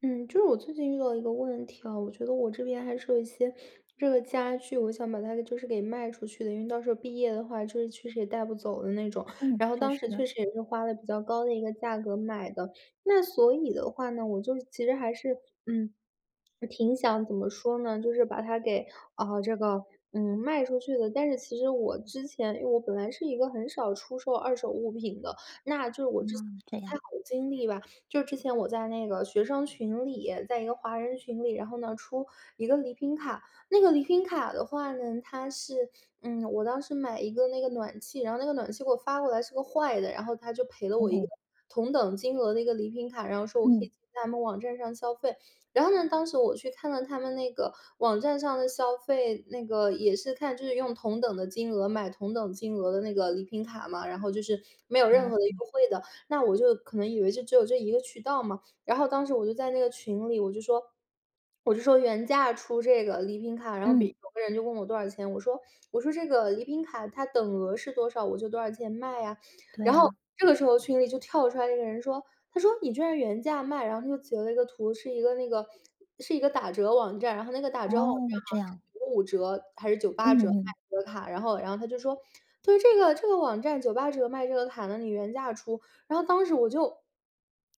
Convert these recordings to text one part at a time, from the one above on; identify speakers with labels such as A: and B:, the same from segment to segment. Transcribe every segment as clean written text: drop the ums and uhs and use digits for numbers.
A: 嗯，就是我最近遇到一个问题啊，我觉得我这边还是有一些这个家具，我想把它就是给卖出去的，因为到时候毕业的话，就是确实也带不走的那种。
B: 嗯，
A: 然后
B: 确
A: 当时
B: 实。
A: 确实也是花了比较高的一个价格买的，那所以的话呢，我就其实还是嗯，挺想怎么说呢，就是把它给啊、这个卖出去的。但是其实我之前，因为我本来是一个很少出售二手物品的，那就是我之前
B: 嗯，这
A: 不太
B: 样。
A: 好的经历吧。就之前我在那个学生群里，在一个华人群里，然后呢出一个礼品卡，那个礼品卡的话呢，它是，我当时买一个那个暖气，然后那个暖气给我发过来是个坏的，然后他就赔了
B: 哦，
A: 我一个同等金额的一个礼品卡，然后说我可以
B: 嗯，
A: 在他们网站上消费。然后呢，当时我去看了他们那个网站上的消费，那个也是看就是用同等的金额买同等金额的那个礼品卡嘛，然后就是没有任
B: 了
A: 何的优惠的。那我就可能以为就只有这一个渠道嘛。然后当时我就在那个群里，我就说，我就说原价出这个礼品卡，然后比
B: 嗯，
A: 有个人就问我多少钱，我说我说这个礼品卡它等额是多少，我就多少钱卖呀、
B: 对
A: 然后
B: 啊，
A: 这个时候群里就跳出来一个人说，他说你居然原价卖，然后他就截了一个图，是一个那个是一个打折网站，然后那个打折网站
B: 哦，这
A: 好像
B: 样，
A: 是九五折还是九八
B: 嗯
A: 折卖
B: 嗯，
A: 这个卡，然后他就说。对这个网站九八折卖这个卡呢，你原价出，然后当时我就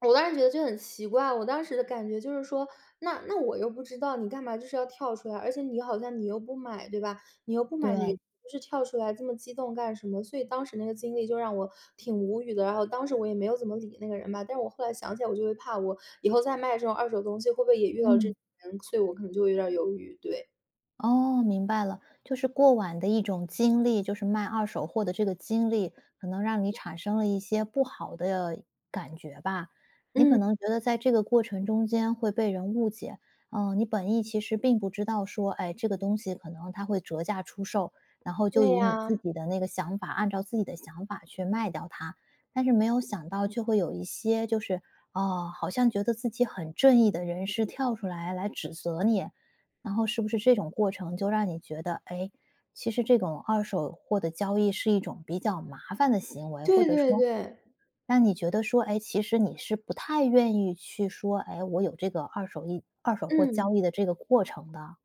A: 我当时觉得就很奇怪，我当时的感觉就是说，那我又不知道，你干嘛就是要跳出来？而且你好像你又不买，对吧？你又不买，你
B: 对，
A: 就是跳出来这么激动干什么？所以当时那个经历就让我挺无语的。然后当时我也没有怎么理那个人吧，但是我后来想起来，我就会怕我以后再卖这种二手东西，会不会也遇到这
B: 嗯。
A: 种人？所以我可能就会有点儿犹豫。对，
B: 哦，明白了，就是过往的一种经历，就是卖二手货的这个经历，可能让你产生了一些不好的感觉吧。你可
A: 嗯，
B: 能觉得在这个过程中间会被人误解，嗯，你本意其实并不知道说，哎，这个东西可能它会折价出售，然后就
A: 对
B: 以你自
A: 呀，
B: 己的那个想法，按照自己的想法去卖掉它，但是没有想到却会有一些哦，好像觉得自己很正义的人士跳出来来指责你，然后是不是这种过程就让你觉得，哎，其实这种二手货的交易是一种比较麻烦的行为，或
A: 对
B: 者
A: 对
B: 说
A: 对，
B: 让你觉得说，哎，其实你是不太愿意去说，哎，我有这个二手货
A: 嗯。
B: 交易的这个过程的。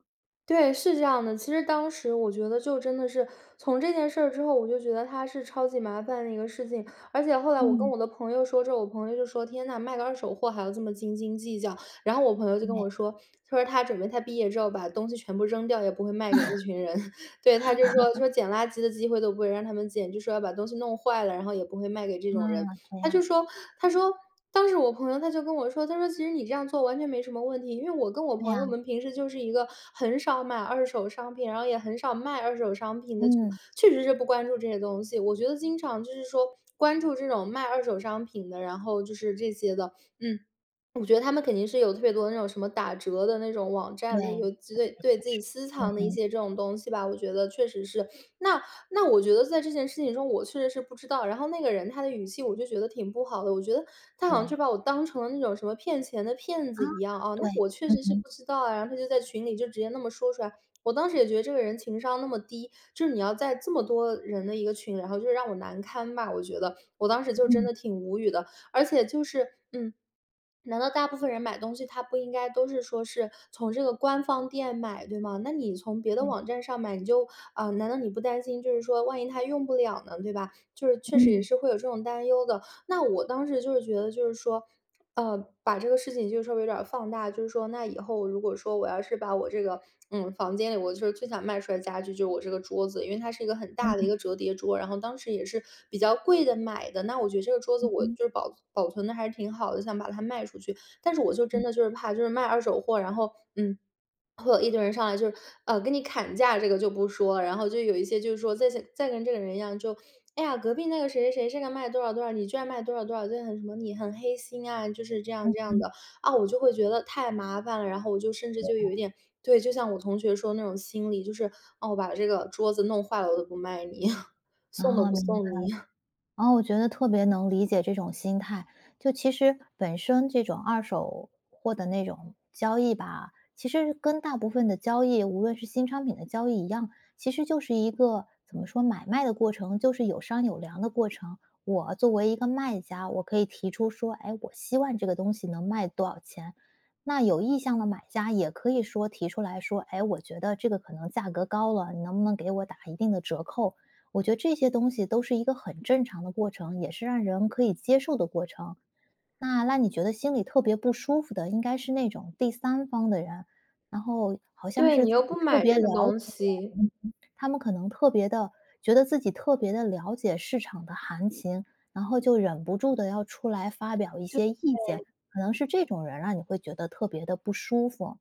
A: 对，是这样的。其实当时我觉得就真的是从这件事儿之后，我就觉得他是超级麻烦的一个事情。而且后来我跟
B: 嗯。
A: 我的朋友说之后，我朋友就说："天呐，卖个二手货还要这么斤斤计较。"然后我朋友就跟
B: 对，
A: 我说，他说他准备他毕业之后把东西全部扔掉，也不会卖给这群人。对，他就说说捡垃圾的机会都不会让他们捡，就说要把东西弄坏了，然后也不会卖给这
B: 啊，
A: 种人。
B: 这
A: 他就
B: 样，
A: 说他说当时我朋友他就跟我说，他说："其实你这样做完全没什么问题。"因为我跟我
B: 对
A: 朋
B: 呀，
A: 友我们平时就是一个很少买二手商品，然后也很少卖二手商品的，就
B: 嗯，
A: 确实是不关注这些东西。我觉得经常就是说关注这种卖二手商品的，然后就是这些的，嗯。我觉得他们肯定是有特别多那种什么打折的那种网
B: 对，
A: 站的，有
B: 确
A: 自对对自己
B: 实，
A: 私
B: 嗯
A: 藏的一
B: 哼，
A: 些这种东西吧，我觉得确实是。那那我觉得在这件事情中，我确实是不知道，然后那个人他的语气我就觉得挺不好的，我觉得他好像就
B: 对，
A: 把我当成了那种什么骗钱的骗
B: 啊，
A: 子一样啊，那
B: 对，
A: 我确
B: 嗯
A: 实是
B: 哼，
A: 不知道啊，然后他就在群里就直接那么说出来。我当时也觉得这个人情商那么低，就是你要在这么多人的一个群，然后就是让我难堪吧，我觉得我当时就真
B: 嗯，
A: 的挺无语的，而且就是，嗯，难道大部分人买东西，他不应该都是说是从这个官方店买，对吗？那你从别的网站上买，你就难道你不担心，就是说万一他用不了呢，对吧？就是确实也
B: 嗯，
A: 是会有这种担忧的。那我当时就是觉得，就是说。把这个事情就稍微有点儿放大，就是说，那以后如果说我要是把我这个，房间里我就是最想卖出来的家具就是我这个桌子，因为它是一个很大的一
B: 嗯，
A: 个折叠桌，然后当时也是比较贵的买的。那我觉得这个桌子我
B: 嗯
A: 就是保存的还是挺好的，想把它卖出去，但是我就真
B: 嗯
A: 的就是怕就是卖二手货，然后会有一堆人上来就是，跟你砍价这个就不说，然后就有一些就是说再跟这个人一样，就哎呀，隔壁那个谁谁谁这个卖多少多少，你居然卖多少多少，就很什么你很黑心啊，就是这样
B: 嗯，
A: 这样
B: 嗯
A: 的啊，我就会觉得太麻烦了，然后我就甚至就有一点，对，就像我同学说那种心理，就是哦，我把这个桌子弄坏了我都不卖你，
B: 然
A: 送都
B: 啊，
A: 不
B: 明
A: 送你，
B: 然后我觉得特别能理解这种心态，就其实本身这种二手货的那种交易吧，其实跟大部分的交易，无论是新商品的交易一样，其实就是一个怎么说买卖的过程，就是有商有量的过程。我作为一个卖家，我可以提出说，哎，我希望这个东西能卖多少钱。那有意向的买家也可以说提出来说，哎，我觉得这个可能价格高了，你能不能给我打一定的折扣？我觉得这些东西都是一个很正常的过程，也是让人可以接受的过程。那让你觉得心里特别不舒服的，应该是那种第三方的人，然后好像
A: 对
B: 是
A: 你
B: 自
A: 又不
B: 己特
A: 买
B: 别
A: 这个
B: 了
A: 东
B: 解，
A: 西。
B: 嗯他们可能特别的觉得自己特别的了解市场的行情，然后就忍不住的要出来发表一些意见，可能是这种人让你会觉得特别的不舒服。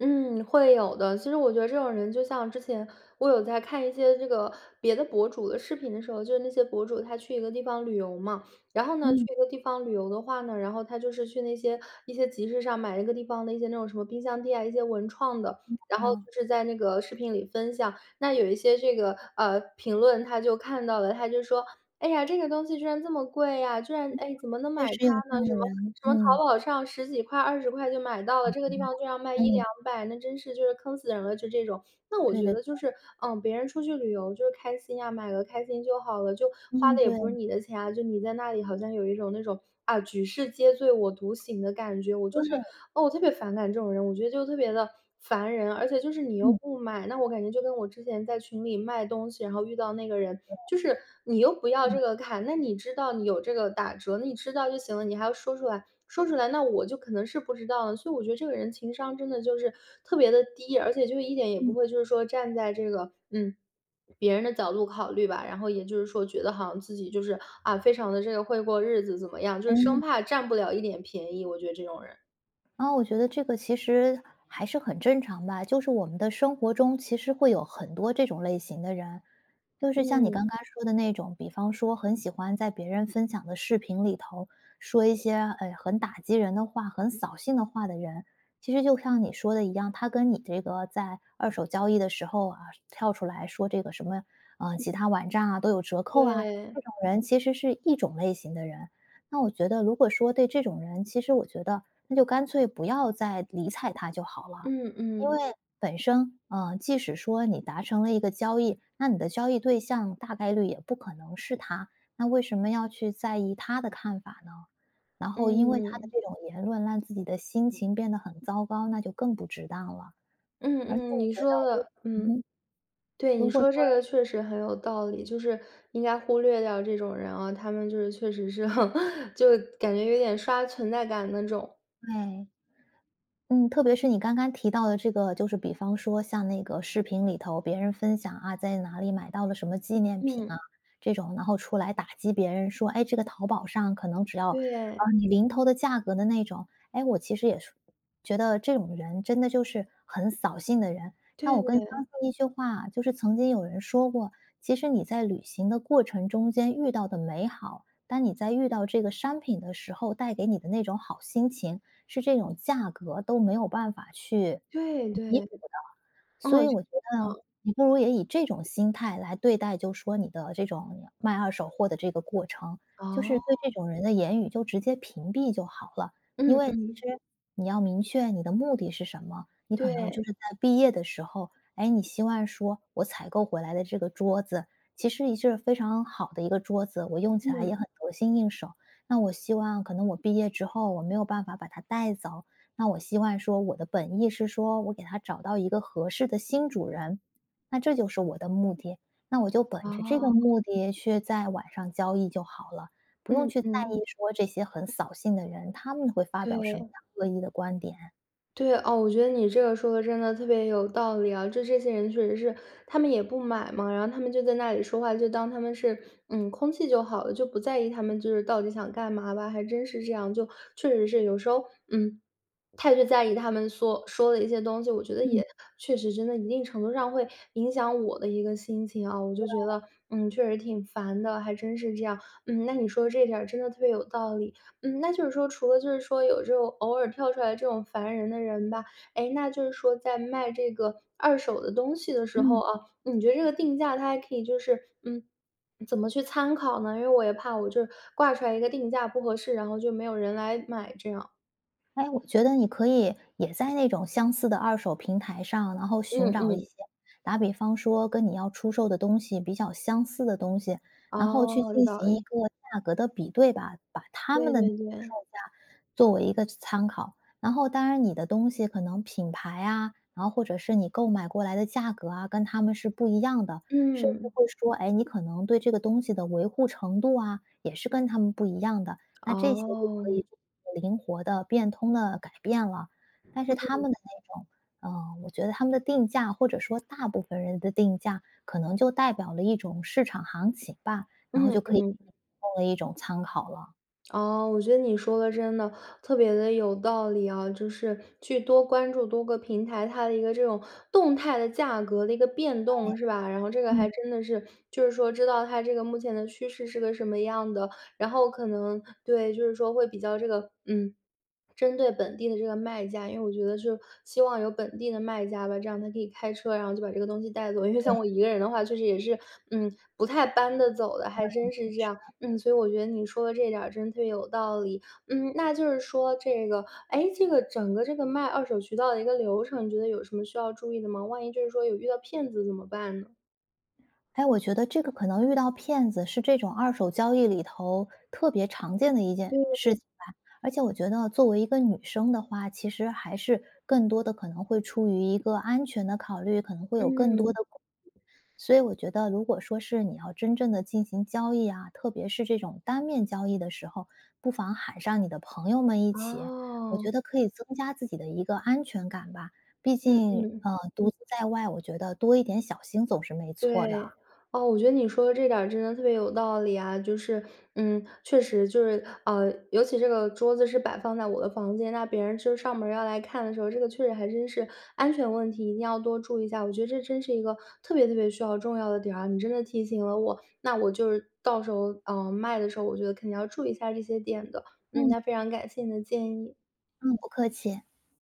A: 嗯，会有的。其实我觉得这种人，就像之前我有在看一些这个别的博主的视频的时候，就是那些博主他去一个地方旅游嘛，然后呢，去
B: 嗯，
A: 一个地方旅游的话呢，然后他就是去那些一些集市上买那个地方的一些那种什么冰箱贴啊，一些文创的，然后
B: 啊，
A: 就是在那个视频里分享。那有一些这个评论，他就看到了，他就说哎呀，这个东西居然这么贵呀，居然哎，怎么能买
B: 确实有
A: 它
B: 这
A: 呢？
B: 样
A: 什
B: 的
A: 么
B: 人，
A: 什么
B: 嗯，
A: 淘宝上十几块、二十块就买到了，这个地方居然卖一
B: 嗯，
A: 两
B: 嗯
A: 百，那真是就是坑死人了，就这种。那我
B: 对
A: 觉
B: 对，
A: 得就是，别人出去旅游就是开心呀，买个开心就好了，就花
B: 嗯，
A: 的也
B: 对，
A: 不是你的钱啊，就你在那里好像有一种那种，啊，举世皆醉我独醒的感觉，我就是
B: 对，
A: 哦，我特别反感这种人，我觉得就特别的。烦人，而且就是你又
B: 嗯，
A: 不买，那我感觉就跟我之前在群里卖东西，然后遇到那个人，就是你又不要
B: 嗯，
A: 这个卡，那你知道你有这个打折，那你知道就行了，你还要说出来，说出来，那我就可能是不知道了。所以我觉得这个人情商真的就是特别的低，而且就一点也不
B: 嗯。
A: 会就是说站在这个别人的角度考虑吧，然后也就是说觉得好像自己就是非常的这个会过日子怎么样，就是生
B: 嗯，
A: 怕占不了一点便宜，我觉得这种人，
B: 然后我觉得这个其实还是很正常吧，就是我们的生活中其实会有很多这种类型的人，就是像你刚
A: 嗯，
B: 刚说的那种，比方说很喜欢在别人分享的视频里头说一些哎很打击人的话、很扫兴的话的人，其实就像你说的一样，他跟你这个在二手交易的时候啊跳出来说这个什么其他网站啊都有折扣啊，
A: 对，
B: 这种人其实是一种类型的人。那我觉得，如果说对这种人，其实我觉得那就干脆不要再理睬他就好了。
A: 嗯
B: 因
A: 嗯。
B: 为本身，即使说你达成了一个交易，那你的交易对象大概率也不可能是他，那为什么要去在意他的看法呢？然后因为他的
A: 嗯，
B: 这种言论让自己的心情变得很糟糕，那就更不值当了。
A: 嗯
B: 而且
A: 嗯，
B: 我
A: 你
B: 觉
A: 说
B: 得如
A: 的，
B: 嗯
A: 嗯，
B: 哼
A: 对，你
B: 如果
A: 说
B: 说
A: 这个确实很有道理，就是应该忽略掉这种人啊，他们就是确实是 就感觉有点刷存在感那种。
B: 对。哎嗯，特别是你刚刚提到的这个，就是比方说像那个视频里头别人分享啊，在哪里买到了什么纪念品啊，
A: 嗯，
B: 这种，然后出来打击别人说，哎，这个淘宝上可能只要啊
A: 对，
B: 你零头的价格的那种，哎，我其实也是觉得这种人真的就是很扫兴的人。但我更
A: 对
B: 相信一句话，就是曾经有人说过，其实你在旅行的过程中间遇到的美好，当你在遇到这个商品的时候带给你的那种好心情。是这种价格都没有办法去
A: 对
B: 弥补。
A: 对对，
B: 所
A: 哦，
B: 以
A: 这
B: 我觉
A: 样，
B: 得你不如也以这种心态来对待，就说你的这种卖二手货的这个过程，就是对
A: 哦，
B: 这种人的言语就直接屏蔽就好了。因
A: 嗯
B: 为其
A: 嗯，
B: 实你要明确你的目的是什么，你可能就
A: 对，
B: 是在毕业的时候，哎，你希望说我采购回来的这个桌子，其实也是非常好的一个桌子，我用起来也
A: 嗯，
B: 很得心应手。那我希望可能我毕业之后我没有办法把它带走，那我希望说，我的本意是说我给它找到一个合适的新主人，那这就是我的目的。那我就本着这个
A: 哦，
B: 目的去在网上交易就好了，不用
A: 嗯
B: 去在意
A: 嗯，
B: 说这些很扫兴的人，他们会发表什么
A: 对。
B: 样恶意的观点。
A: 对，哦，我觉得你这个说的真的特别有道理啊！就这些人确实是，他们也不买嘛，然后他们就在那里说话，就当他们是空气就好了，就不在意他们就是到底想干嘛吧，还真是这样，就确实是有时候嗯太去在意他们所说的一些东西，我觉得
B: 嗯
A: 也确实真的一定程度上会影响我的一个心情啊，我就觉得确实挺烦的，还真是这样，那你说这点儿真的特别有道理。那就是说除了就是说有这种偶尔跳出来这种烦人的人吧，哎，那就是说在卖这个二手的东西的时候
B: 嗯。
A: 啊，你觉得这个定价它还可以就是，嗯，怎么去参考呢？因为我也怕我就是挂出来一个定价不合适，然后就没有人来买这样。
B: 哎，我觉得你可以也在那种相似的二手平台上，然后
A: 嗯
B: 寻找一
A: 嗯，
B: 些，打比方说跟你要出售的东西比较相似的东西，然后去
A: 哦，有
B: 进
A: 道
B: 行一
A: 理。
B: 个价格的比对吧，把他们
A: 对
B: 的售
A: 对对，
B: 价作为一个参考。然后当然你的东西可能品牌啊，然后或者是你购买过来的价格啊，跟他们是不一样的，甚至
A: 嗯，
B: 会说，哎，你可能对这个东西的维护程度啊，也是跟他们不一样的。那这些就
A: 哦，
B: 可以灵活的、变通的改变了。但是他们的那种呃，我觉得他们的定价，或者说大部分人的定价，可能就代表了一种市场行情吧，然后
A: 嗯
B: 就可以提
A: 嗯。
B: 供了一种参考了。
A: 哦，我觉得你说的真的特别的有道理啊，就是去多关注多个平台，它的一个这种动态的价格的一个变动，是吧？然后这个还
B: 嗯，
A: 真的是，就是说知道它这个目前的趋势是个什么样的，然后可能对，就是说会比较这个，嗯，针对本地的这个卖家，因为我觉得就希望有本地的卖家吧，这样他可以开车，然后就把这个东西带走。因为像我一个人的话，确实也是，不太搬得走的，还
B: 确
A: 真是这
B: 实。
A: 样。嗯，所以我觉得你说的这点儿真特别有道理。那就是说这个，哎，这个整个这个卖二手渠道的一个流程，你觉得有什么需要注意的吗？万一就是说有遇到骗子怎么办呢？
B: 哎，我觉得这个可能遇到骗子是这种二手交易里头特别常见的一件事情吧。而且我觉得作为一个女生的话，其实还是更多的可能会出于一个安全的考虑，可能会有更多
A: 嗯，
B: 的所以我觉得，如果说是你要真正的进行交易啊，特别是这种单面交易的时候，不妨喊上你的朋友们一起，我觉
A: 哦，
B: 得可以增加自己的一个安全感吧。毕
A: 嗯
B: 竟，
A: 嗯。
B: 独自在外，我觉得多一点小心总是没错儿的。
A: 对，哦，我觉得你说的这点儿真的特别有道理啊，就是，确实就是，尤其这个桌子是摆放在我的房间，那别人就是上门儿要来看的时候，这个确实还真是安全问题，一定要多注意一下。我觉得这真是一个特别特别需要重要的点儿啊，你真的提醒了我，那我就是到时候，卖的时候，我觉得肯定要注意一下这些点的。
B: 嗯
A: 那非常感谢你的建议。
B: 嗯，不客气。